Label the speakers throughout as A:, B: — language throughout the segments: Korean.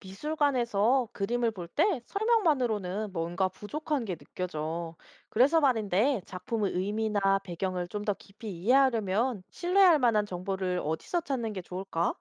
A: 미술관에서 그림을 볼 때 설명만으로는 뭔가 부족한 게 느껴져. 그래서 말인데 작품의 의미나 배경을 좀 더 깊이 이해하려면 신뢰할 만한 정보를 어디서 찾는 게 좋을까?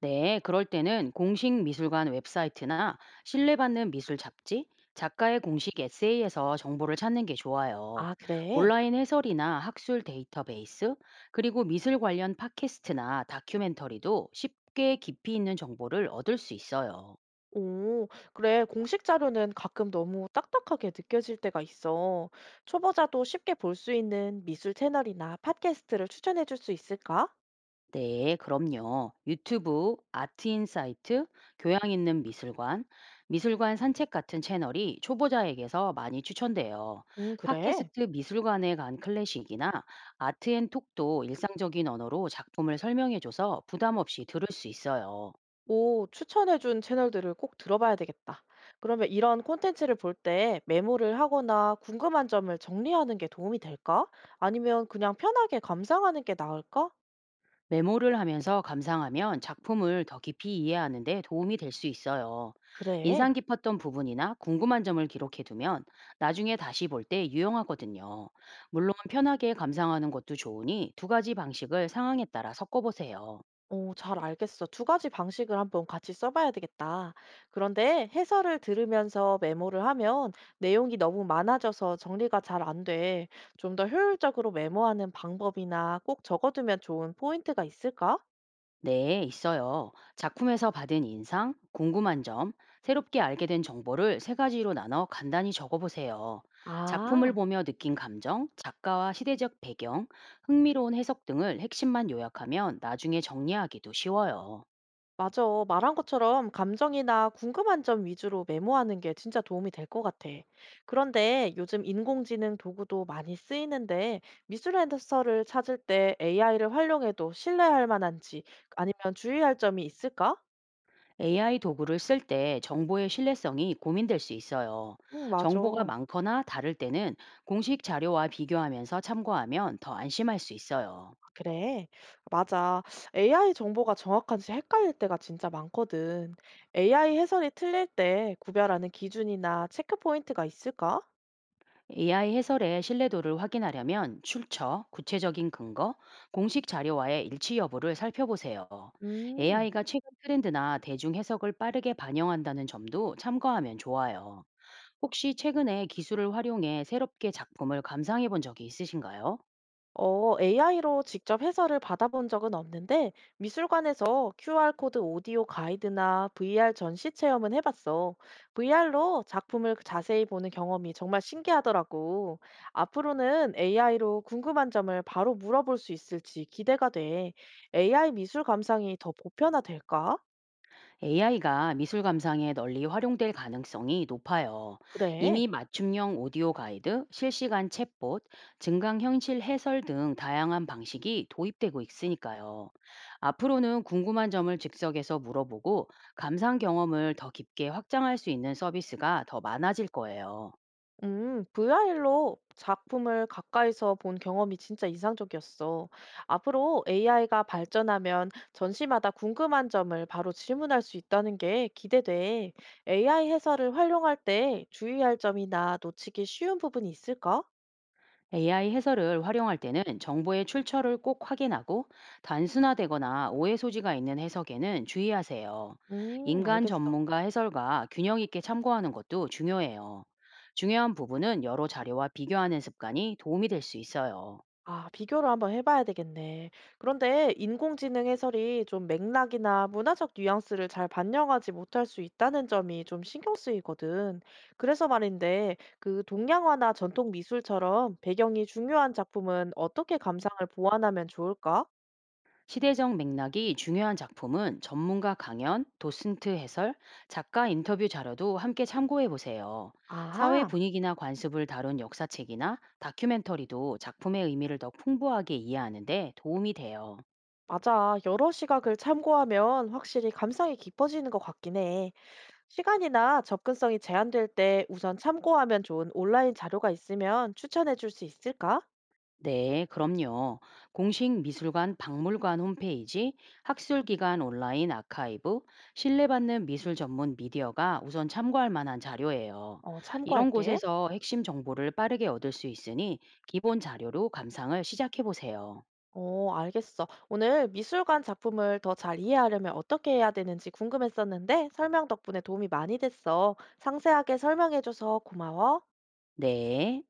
B: 네, 그럴 때는 공식 미술관 웹사이트나 신뢰받는 미술 잡지, 작가의 공식 에세이에서 정보를 찾는 게 좋아요.
A: 아, 그래?
B: 온라인 해설이나 학술 데이터베이스, 그리고 미술 관련 팟캐스트나 다큐멘터리도 쉽게 깊이 있는 정보를 얻을 수 있어요.
A: 오, 그래. 공식 자료는 가끔 너무 딱딱하게 느껴질 때가 있어. 초보자도 쉽게 볼 수 있는 미술 채널이나 팟캐스트를 추천해 줄 수 있을까?
B: 네, 그럼요. 유튜브, 아트인사이트, 교양 있는 미술관, 미술관 산책 같은 채널이 초보자에게서 많이 추천돼요.
A: 그래.
B: 팟캐스트 미술관에 간 클래식이나 아트앤톡도 일상적인 언어로 작품을 설명해줘서 부담 없이 들을 수 있어요.
A: 오, 추천해준 채널들을 꼭 들어봐야 되겠다. 그러면 이런 콘텐츠를 볼 때 메모를 하거나 궁금한 점을 정리하는 게 도움이 될까? 아니면 그냥 편하게 감상하는 게 나을까?
B: 메모를 하면서 감상하면 작품을 더 깊이 이해하는 데 도움이 될 수 있어요.
A: 그래.
B: 인상 깊었던 부분이나 궁금한 점을 기록해 두면 나중에 다시 볼 때 유용하거든요. 물론 편하게 감상하는 것도 좋으니 두 가지 방식을 상황에 따라 섞어 보세요.
A: 오, 잘 알겠어. 두 가지 방식을 한번 같이 써봐야 되겠다. 그런데 해설을 들으면서 메모를 하면 내용이 너무 많아져서 정리가 잘 안 돼. 좀 더 효율적으로 메모하는 방법이나 꼭 적어두면 좋은 포인트가 있을까?
B: 네, 있어요. 작품에서 받은 인상, 궁금한 점, 새롭게 알게 된 정보를 세 가지로 나눠 간단히 적어보세요. 작품을
A: 아.
B: 보며 느낀 감정, 작가와 시대적 배경, 흥미로운 해석 등을 핵심만 요약하면 나중에 정리하기도 쉬워요.
A: 맞아. 말한 것처럼 감정이나 궁금한 점 위주로 메모하는 게 진짜 도움이 될 것 같아. 그런데 요즘 인공지능 도구도 많이 쓰이는데 미술의 해설을 찾을 때 AI를 활용해도 신뢰할 만한지 아니면 주의할 점이 있을까?
B: AI 도구를 쓸 때 정보의 신뢰성이 고민될 수 있어요.
A: 응, 맞아.
B: 정보가
A: 아,
B: 많거나 다를 때는 공식 자료와 비교하면서 참고하면 더 안심할 수 있어요.
A: 그래. 맞아. AI 정보가 정확한지 헷갈릴 때가 진짜 많거든. AI 해설이 틀릴 때 구별하는 기준이나 체크 포인트가 있을까?
B: AI 해설의 신뢰도를 확인하려면 출처, 구체적인 근거, 공식 자료와의 일치 여부를 살펴보세요.
A: 음.
B: AI가 최근 트렌드나 대중 해석을 빠르게 반영한다는 점도 참고하면 좋아요. 혹시 최근에 기술을 활용해 새롭게 작품을 감상해 본 적이 있으신가요?
A: 어, AI로 직접 해설을 받아본 적은 없는데, 미술관에서 QR코드 오디오 가이드나 VR 전시 체험은 해봤어. VR로 작품을 자세히 보는 경험이 정말 신기하더라고. 앞으로는 AI로 궁금한 점을 바로 물어볼 수 있을지 기대가 돼. AI 미술 감상이 더 보편화될까?
B: AI가 미술 감상에 널리 활용될 가능성이 높아요.
A: 그래.
B: 이미 맞춤형 오디오 가이드, 실시간 챗봇, 증강현실 해설 등 다양한 방식이 도입되고 있으니까요. 앞으로는 궁금한 점을 즉석에서 물어보고 감상 경험을 더 깊게 확장할 수 있는 서비스가 더 많아질 거예요.
A: VR로 작품을 가까이서 본 경험이 진짜 인상적이었어. 앞으로 AI가 발전하면 전시마다 궁금한 점을 바로 질문할 수 있다는 게 기대돼. AI 해설을 활용할 때 주의할 점이나 놓치기 쉬운 부분이 있을까?
B: AI 해설을 활용할 때는 정보의 출처를 꼭 확인하고 단순화되거나 오해 소지가 있는 해석에는 주의하세요. 인간
A: 알겠어.
B: 전문가 해설과 균형 있게 참고하는 것도 중요해요. 중요한 부분은 여러 자료와 비교하는 습관이 도움이 될 수 있어요.
A: 아, 비교를 한번 해봐야 되겠네. 그런데 인공지능 해설이 좀 맥락이나 문화적 뉘앙스를 잘 반영하지 못할 수 있다는 점이 좀 신경 쓰이거든. 그래서 말인데, 그 동양화나 전통 미술처럼 배경이 중요한 작품은 어떻게 감상을 보완하면 좋을까?
B: 시대적 맥락이 중요한 작품은 전문가 강연, 도슨트 해설, 작가 인터뷰 자료도 함께 참고해 보세요. 사회
A: 아하,
B: 분위기나 관습을 다룬 역사책이나 다큐멘터리도 작품의 의미를 더 풍부하게 이해하는 데 도움이 돼요.
A: 맞아. 여러 시각을 참고하면 확실히 감상이 깊어지는 것 같긴 해. 시간이나 접근성이 제한될 때 우선 참고하면 좋은 온라인 자료가 있으면 추천해 줄 수 있을까?
B: 네, 그럼요. 공식 미술관 박물관 홈페이지, 학술기관 온라인 아카이브, 신뢰받는 미술 전문 미디어가 우선 참고할 만한 자료예요.
A: 어,
B: 이런
A: 참고할게.
B: 곳에서 핵심 정보를 빠르게 얻을 수 있으니 기본 자료로 감상을 시작해 보세요.
A: 어, 알겠어. 오늘 미술관 작품을 더 잘 이해하려면 어떻게 해야 되는지 궁금했었는데 설명 덕분에 도움이 많이 됐어. 상세하게 설명해줘서 고마워.
B: 네.